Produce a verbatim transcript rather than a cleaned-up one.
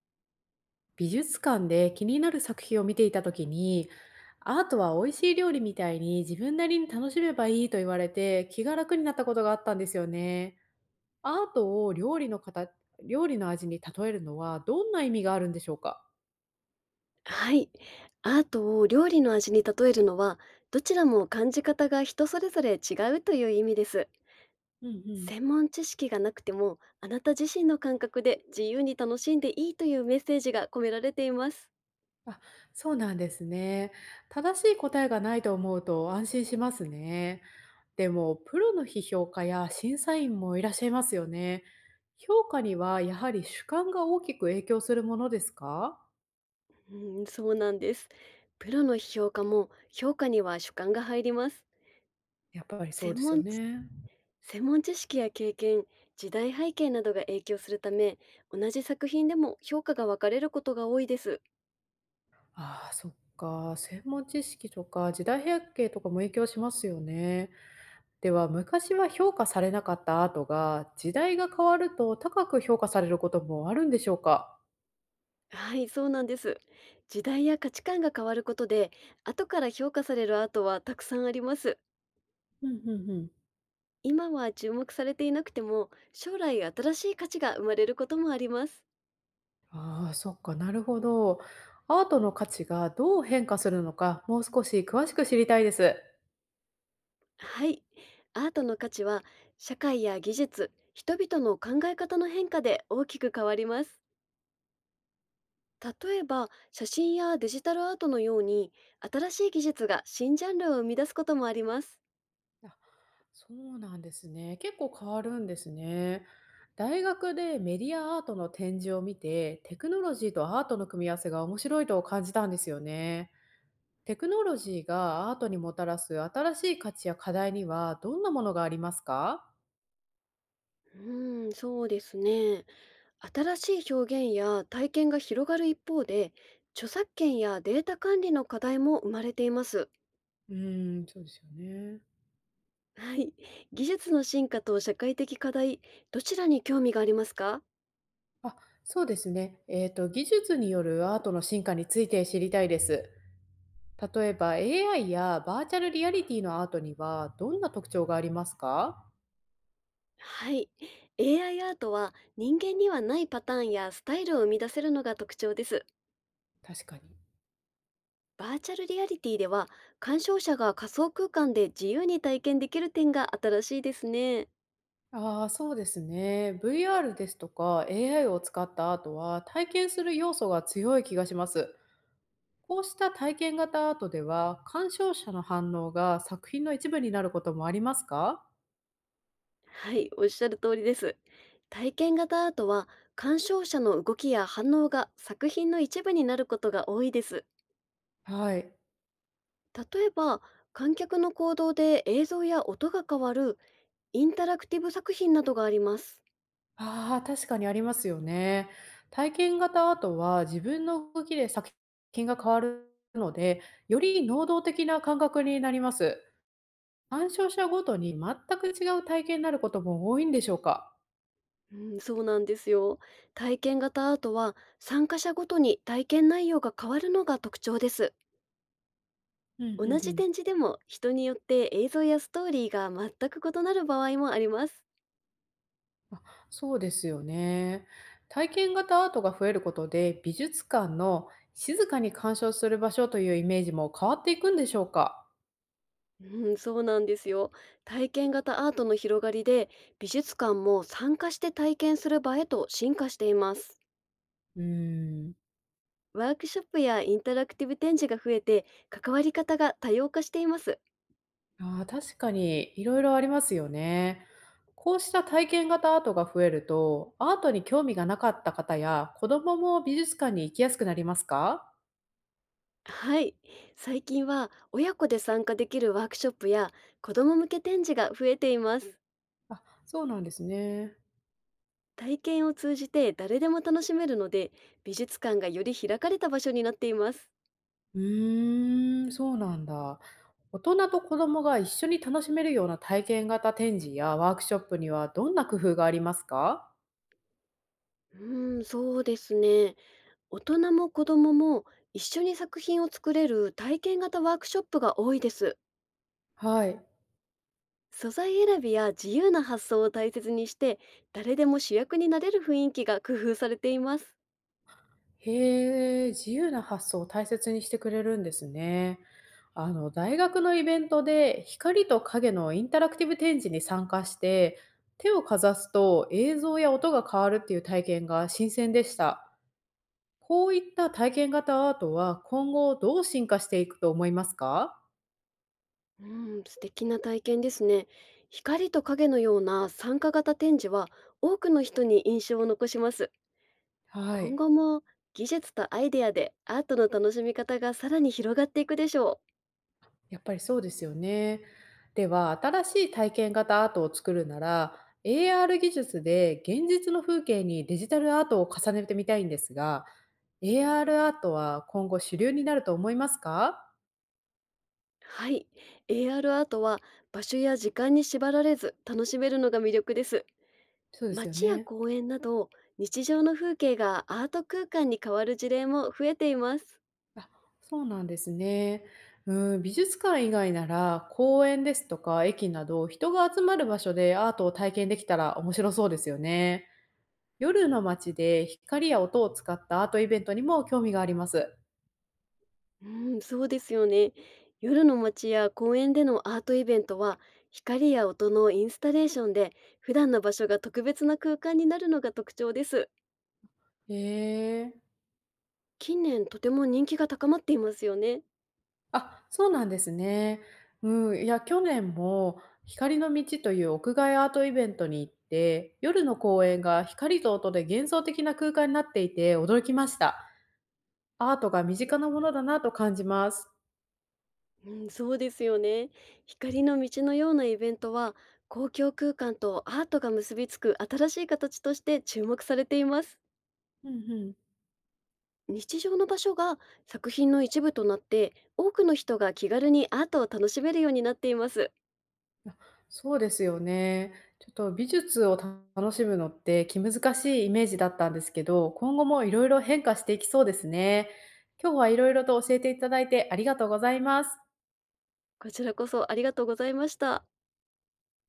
美術館で気になる作品を見ていた時に、アートは美味しい料理みたいに自分なりに楽しめばいいと言われて気が楽になったことがあったんですよね。アートを料理の形料理の味に例えるのはどんな意味があるんでしょうか？はい。アートを料理の味に例えるのは、どちらも感じ方が人それぞれ違うという意味です。うんうん。専門知識がなくても、あなた自身の感覚で自由に楽しんでいいというメッセージが込められています。あ、そうなんですね。正しい答えがないと思うと安心しますね。でも、プロの批評家や審査員もいらっしゃいますよね。評価にはやはり主観が大きく影響するものですか？うん、そうなんです。プロの評価も評価には主観が入ります。やっぱりそう専ですよ門知ね。専門知識や経験、時代背景などが影響するため、同じ作品でも評価が分かれることが多いです。ああ、そっか。専門知識とか時代背景とかも影響しますよね。では、昔は評価されなかったアートが、時代が変わると高く評価されることもあるんでしょうか？はい、そうなんです。時代や価値観が変わることで、後から評価されるアートはたくさんあります。うんうんうん。今は注目されていなくても、将来新しい価値が生まれることもあります。ああ、そっか。なるほど。アートの価値がどう変化するのか、もう少し詳しく知りたいです。はい、アートの価値は社会や技術、人々の考え方の変化で大きく変わります。例えば、写真やデジタルアートのように、新しい技術が新ジャンルを生み出すこともあります。あ、そうなんですね。結構変わるんですね。大学でメディアアートの展示を見て、テクノロジーとアートの組み合わせが面白いと感じたんですよね。テクノロジーがアートにもたらす新しい価値や課題にはどんなものがありますか？うーん、そうですね。新しい表現や体験が広がる一方で、著作権やデータ管理の課題も生まれています。うーん、そうですよね。はい。技術の進化と社会的課題、どちらに興味がありますか？あ、そうですね。えっ、と、技術によるアートの進化について知りたいです。例えば エーアイ やバーチャルリアリティのアートにはどんな特徴がありますか？はい。エーアイ アイアートは人間にはないパターンやスタイルを生み出せるのが特徴です。確かに。バーチャルリアリティでは、鑑賞者が仮想空間で自由に体験できる点が新しいですね。ああ、そうですね。ブイアール ですとか エーアイ を使ったアートは体験する要素が強い気がします。こうした体験型アートでは鑑賞者の反応が作品の一部になることもありますか？はい、おっしゃる通りです。体験型アートは鑑賞者の動きや反応が作品の一部になることが多いです。はい。例えば、観客の行動で映像や音が変わるインタラクティブ作品などがあります。ああ、確かにありますよね。体験型アートは自分の動きで作品が変わるので、より能動的な感覚になります。鑑賞者ごとに全く違う体験になることも多いんでしょうか？うん、そうなんですよ。体験型アートは参加者ごとに体験内容が変わるのが特徴です。うんう同んうじん。展示でも人によって映像やストーリーが全く異なる場合もあります。あ、そうですよね。体験型アートが増えることで、美術館の静かに鑑賞する場所というイメージも変わっていくんでしょうか？うん、そうなんですよ。体験型アートの広がりで、美術館も参加して体験する場へと進化しています。うーん。ワークショップやインタラクティブ展示が増えて、関わり方が多様化しています。ああ、確かにいろいろありますよね。こうした体験型アートが増えると、アートに興味がなかった方や子供もも美術館に行きやすくなりますか？はい。最近は親子で参加できるワークショップや子ども向け展示が増えています。あ、そうなんですね。体験を通じて誰でも楽しめるので、美術館がより開かれた場所になっています。うーん、そうなんだ。大人と子供が一緒に楽しめるような体験型展示やワークショップにはどんな工夫がありますか？うん、そうですね。大人も子供も一緒に作品を作れる体験型ワークショップが多いです。はい。素材選びや自由な発想を大切にして、誰でも主役になれる雰囲気が工夫されています。へえ、自由な発想を大切にしてくれるんですね。あの、大学のイベントで光と影のインタラクティブ展示に参加して、手をかざすと映像や音が変わるっていう体験が新鮮でした。こういった体験型アートは今後どう進化していくと思いますか？うん、素敵な体験ですね。光と影のような参加型展示は多くの人に印象を残します。は今い。後も技術とアイデアでアートの楽しみ方がさらに広がっていくでしょう。やっぱりそうですよね。では、新しい体験型アートを作るなら、エーアール 技術で現実の風景にデジタルアートを重ねてみたいんですが、エーアール アールアートは今後主流になると思いますか？はい、エーアール アールアートは場所や時間に縛られず楽しめるのが魅力です。そうですよ街やね。公園など日常の風景がアート空間に変わる事例も増えています。あ、そうなんですね。うん、美術館以外なら公園ですとか駅など人が集まる場所でアートを体験できたら面白そうですよね。夜の街で光や音を使ったアートイベントにも興味があります。うん、そうですよね。夜の街や公園でのアートイベントは、光や音のインスタレーションで、普段の場所が特別な空間になるのが特徴です。へえ。近年とても人気が高まっていますよね。あ、そうなんですね。うん、いや、去年も光の道という屋外アートイベントに行って、夜の公園が光と音で幻想的な空間になっていて驚きました。アートが身近なものだなと感じます。うん、そうですよね。光の道のようなイベントは、公共空間とアートが結びつく新しい形として注目されています。うんうん。日常の場所が作品の一部となって、多くの人が気軽にアートを楽しめるようになっています。あ、そうですよね。ちょっと美術を楽しむのって気難しいイメージだったんですけど、今後もいろいろ変化していきそうですね。今日はいろいろと教えていただいてありがとうございます。こちらこそありがとうございました。